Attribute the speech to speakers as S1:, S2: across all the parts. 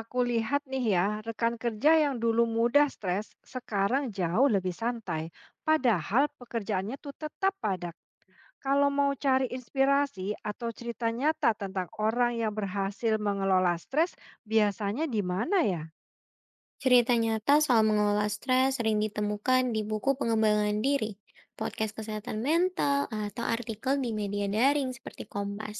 S1: Aku lihat nih ya, rekan kerja yang dulu mudah stres, sekarang jauh lebih santai. Padahal pekerjaannya tuh tetap padat. Kalau mau cari inspirasi atau cerita nyata tentang orang yang berhasil mengelola stres, biasanya di mana ya?
S2: Cerita nyata soal mengelola stres sering ditemukan di buku pengembangan diri, podcast kesehatan mental, atau artikel di media daring seperti Kompas.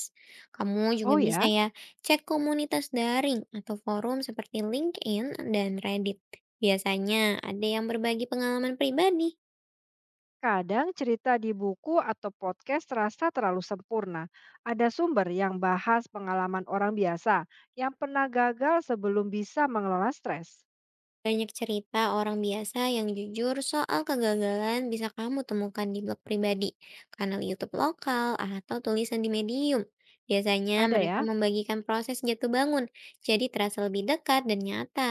S2: Kamu juga
S1: Oh
S2: bisa
S1: ya,
S2: ya cek komunitas daring atau forum seperti LinkedIn dan Reddit. Biasanya ada yang berbagi pengalaman pribadi.
S1: kadang cerita di buku atau podcast terasa terlalu sempurna. Ada sumber yang bahas pengalaman orang biasa yang pernah gagal sebelum bisa mengelola stres.
S2: Banyak cerita orang biasa yang jujur soal kegagalan bisa kamu temukan di blog pribadi, kanal YouTube lokal, atau tulisan di Medium. Biasanya
S1: Ada
S2: mereka
S1: ya?
S2: membagikan proses jatuh bangun, jadi terasa lebih dekat dan nyata.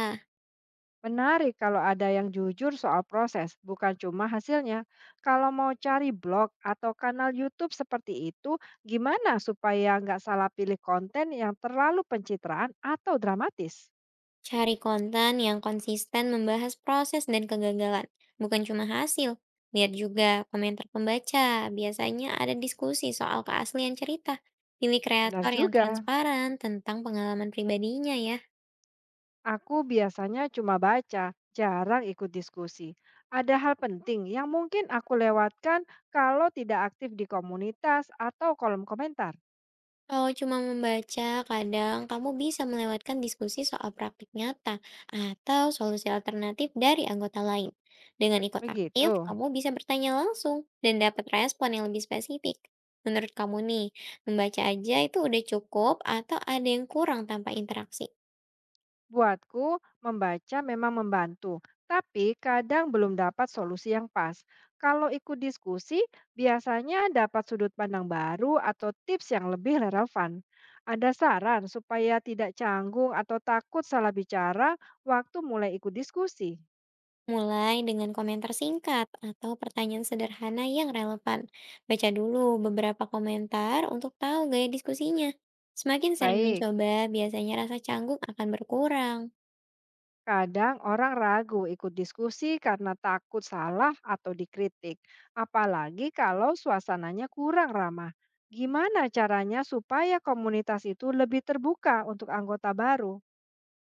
S1: Menarik kalau ada yang jujur soal proses, bukan cuma hasilnya. Kalau mau cari blog atau kanal YouTube seperti itu, gimana supaya nggak salah pilih konten yang terlalu pencitraan atau dramatis?
S2: Cari konten yang konsisten membahas proses dan kegagalan, bukan cuma hasil. Lihat juga komentar pembaca, biasanya ada diskusi soal keaslian cerita. Pilih
S1: Benar
S2: kreator yang
S1: juga,
S2: transparan tentang pengalaman pribadinya ya.
S1: aku biasanya cuma baca, jarang ikut diskusi. Ada hal penting yang mungkin aku lewatkan kalau tidak aktif di komunitas atau kolom komentar.
S2: Kalau cuma membaca, kadang kamu bisa melewatkan diskusi soal praktik nyata atau solusi alternatif dari anggota lain. Dengan ikut aktif,
S1: Begitu.
S2: kamu bisa bertanya langsung dan dapat respon yang lebih spesifik. Menurut kamu nih, membaca aja itu udah cukup atau ada yang kurang tanpa interaksi?
S1: Buatku, membaca memang membantu, tapi kadang belum dapat solusi yang pas. Kalau ikut diskusi, biasanya dapat sudut pandang baru atau tips yang lebih relevan. Ada saran supaya tidak canggung atau takut salah bicara waktu mulai ikut diskusi?
S2: Mulai dengan komentar singkat atau pertanyaan sederhana yang relevan. Baca dulu beberapa komentar untuk tahu gaya diskusinya. Semakin sering
S1: Baik.
S2: mencoba, biasanya rasa canggung akan berkurang.
S1: Kadang orang ragu ikut diskusi karena takut salah atau dikritik, apalagi kalau suasananya kurang ramah. Gimana caranya supaya komunitas itu lebih terbuka untuk anggota baru?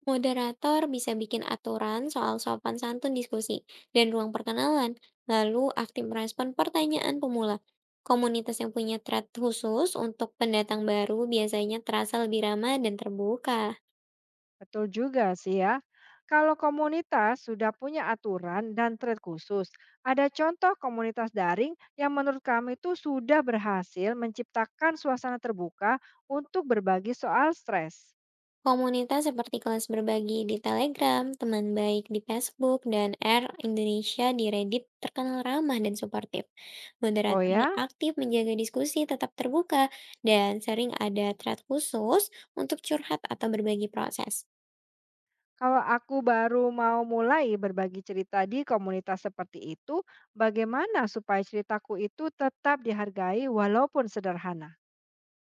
S2: Moderator bisa bikin aturan soal sopan santun diskusi dan ruang perkenalan, lalu aktif merespon pertanyaan pemula. Komunitas yang punya thread khusus untuk pendatang baru biasanya terasa lebih ramah dan terbuka.
S1: Betul juga sih ya. Kalau komunitas sudah punya aturan dan thread khusus, ada contoh komunitas daring yang menurut kami itu sudah berhasil menciptakan suasana terbuka untuk berbagi soal stres.
S2: Komunitas seperti kelas berbagi di Telegram, teman baik di Facebook, dan R Indonesia di Reddit terkenal ramah dan suportif.
S1: Oh
S2: Moderatornya
S1: ya?
S2: aktif menjaga diskusi tetap terbuka dan sering ada thread khusus untuk curhat atau berbagi proses.
S1: Kalau aku baru mau mulai berbagi cerita di komunitas seperti itu, bagaimana supaya ceritaku itu tetap dihargai walaupun sederhana?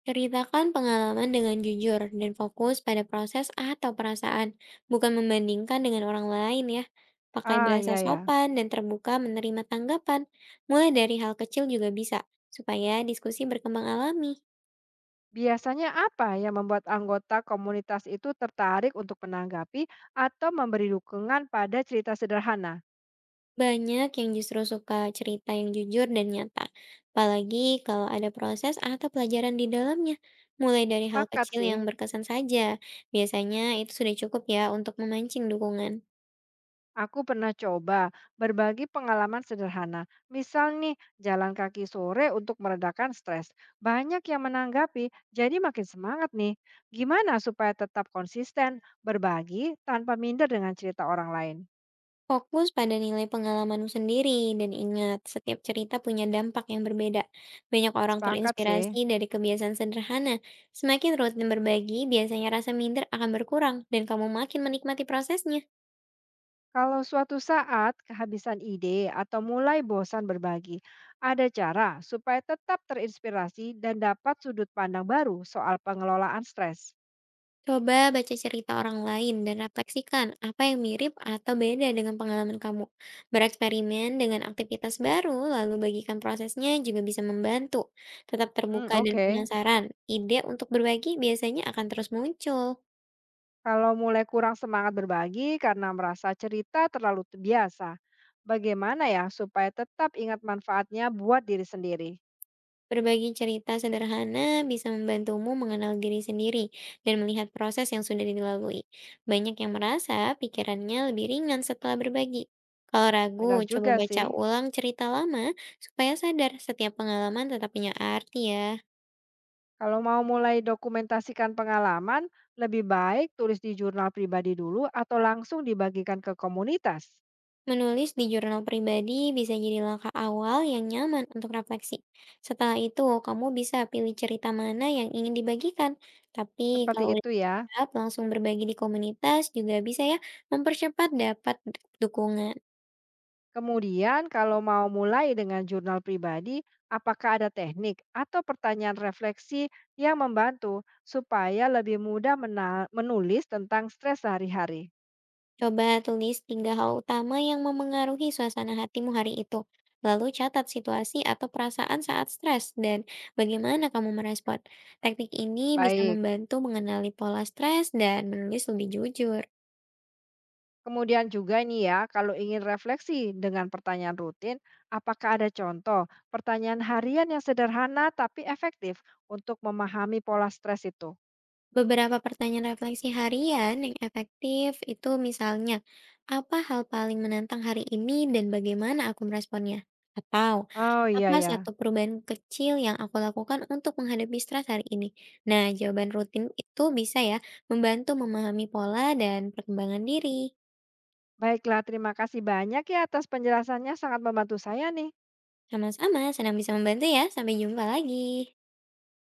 S2: Ceritakan pengalaman dengan jujur dan fokus pada proses atau perasaan, bukan membandingkan dengan orang lain ya. Pakai
S1: Ah,
S2: bahasa
S1: ya ya.
S2: sopan dan terbuka menerima tanggapan, mulai dari hal kecil juga bisa, supaya diskusi berkembang alami.
S1: Biasanya apa yang membuat anggota komunitas itu tertarik untuk menanggapi atau memberi dukungan pada cerita sederhana?
S2: Banyak yang justru suka cerita yang jujur dan nyata, apalagi kalau ada proses atau pelajaran di dalamnya. Mulai dari hal
S1: Sepakat
S2: kecil
S1: sih.
S2: yang berkesan saja, biasanya itu sudah cukup ya untuk memancing dukungan.
S1: Aku pernah coba berbagi pengalaman sederhana. Misal nih, jalan kaki sore untuk meredakan stres. Banyak yang menanggapi, jadi makin semangat nih. Gimana supaya tetap konsisten berbagi tanpa minder dengan cerita orang lain?
S2: Fokus pada nilai pengalamanmu sendiri dan ingat, setiap cerita punya dampak yang berbeda. Banyak orang
S1: Sepakat sih.
S2: terinspirasi dari kebiasaan sederhana. Semakin rutin berbagi, biasanya rasa minder akan berkurang dan kamu makin menikmati prosesnya.
S1: Kalau suatu saat kehabisan ide atau mulai bosan berbagi, ada cara supaya tetap terinspirasi dan dapat sudut pandang baru soal pengelolaan stres.
S2: Coba baca cerita orang lain dan refleksikan apa yang mirip atau beda dengan pengalaman kamu. Bereksperimen dengan aktivitas baru, lalu bagikan prosesnya juga bisa membantu. Tetap
S1: Hmm,
S2: terbuka dan
S1: oke.
S2: penasaran, ide untuk berbagi biasanya akan terus muncul.
S1: Kalau mulai kurang semangat berbagi karena merasa cerita terlalu biasa, bagaimana ya supaya tetap ingat manfaatnya buat diri sendiri?
S2: Berbagi cerita sederhana bisa membantumu mengenal diri sendiri dan melihat proses yang sudah dilalui. Banyak yang merasa pikirannya lebih ringan setelah berbagi. Kalau
S1: Benar
S2: ragu, coba
S1: juga
S2: baca
S1: sih.
S2: ulang cerita lama supaya sadar setiap pengalaman tetap punya arti ya.
S1: Kalau mau mulai dokumentasikan pengalaman, lebih baik tulis di jurnal pribadi dulu atau langsung dibagikan ke komunitas.
S2: Menulis di jurnal pribadi bisa jadi langkah awal yang nyaman untuk refleksi. Setelah itu, kamu bisa pilih cerita mana yang ingin dibagikan. Tapi
S1: Seperti
S2: kalau udah
S1: itu ya.
S2: siap, langsung berbagi di komunitas juga bisa ya mempercepat dapat dukungan.
S1: Kemudian kalau mau mulai dengan jurnal pribadi, apakah ada teknik atau pertanyaan refleksi yang membantu supaya lebih mudah menulis tentang stres sehari-hari?
S2: Coba tulis tiga hal utama yang memengaruhi suasana hatimu hari itu. Lalu catat situasi atau perasaan saat stres dan bagaimana kamu merespon. Teknik ini bisa
S1: Baik.
S2: membantu mengenali pola stres dan menulis lebih jujur.
S1: Kemudian juga nih ya, kalau ingin refleksi dengan pertanyaan rutin, apakah ada contoh pertanyaan harian yang sederhana tapi efektif untuk memahami pola stres itu?
S2: Beberapa pertanyaan refleksi harian yang efektif itu misalnya, apa hal paling menantang hari ini dan bagaimana aku meresponnya? Atau,
S1: Oh iya
S2: apa satu
S1: ya.
S2: perubahan kecil yang aku lakukan untuk menghadapi stres hari ini? Nah, jawaban rutin itu bisa ya membantu memahami pola dan perkembangan diri.
S1: Baiklah, terima kasih banyak ya atas penjelasannya sangat membantu saya nih.
S2: Sama-sama, senang bisa membantu ya. Sampai jumpa lagi.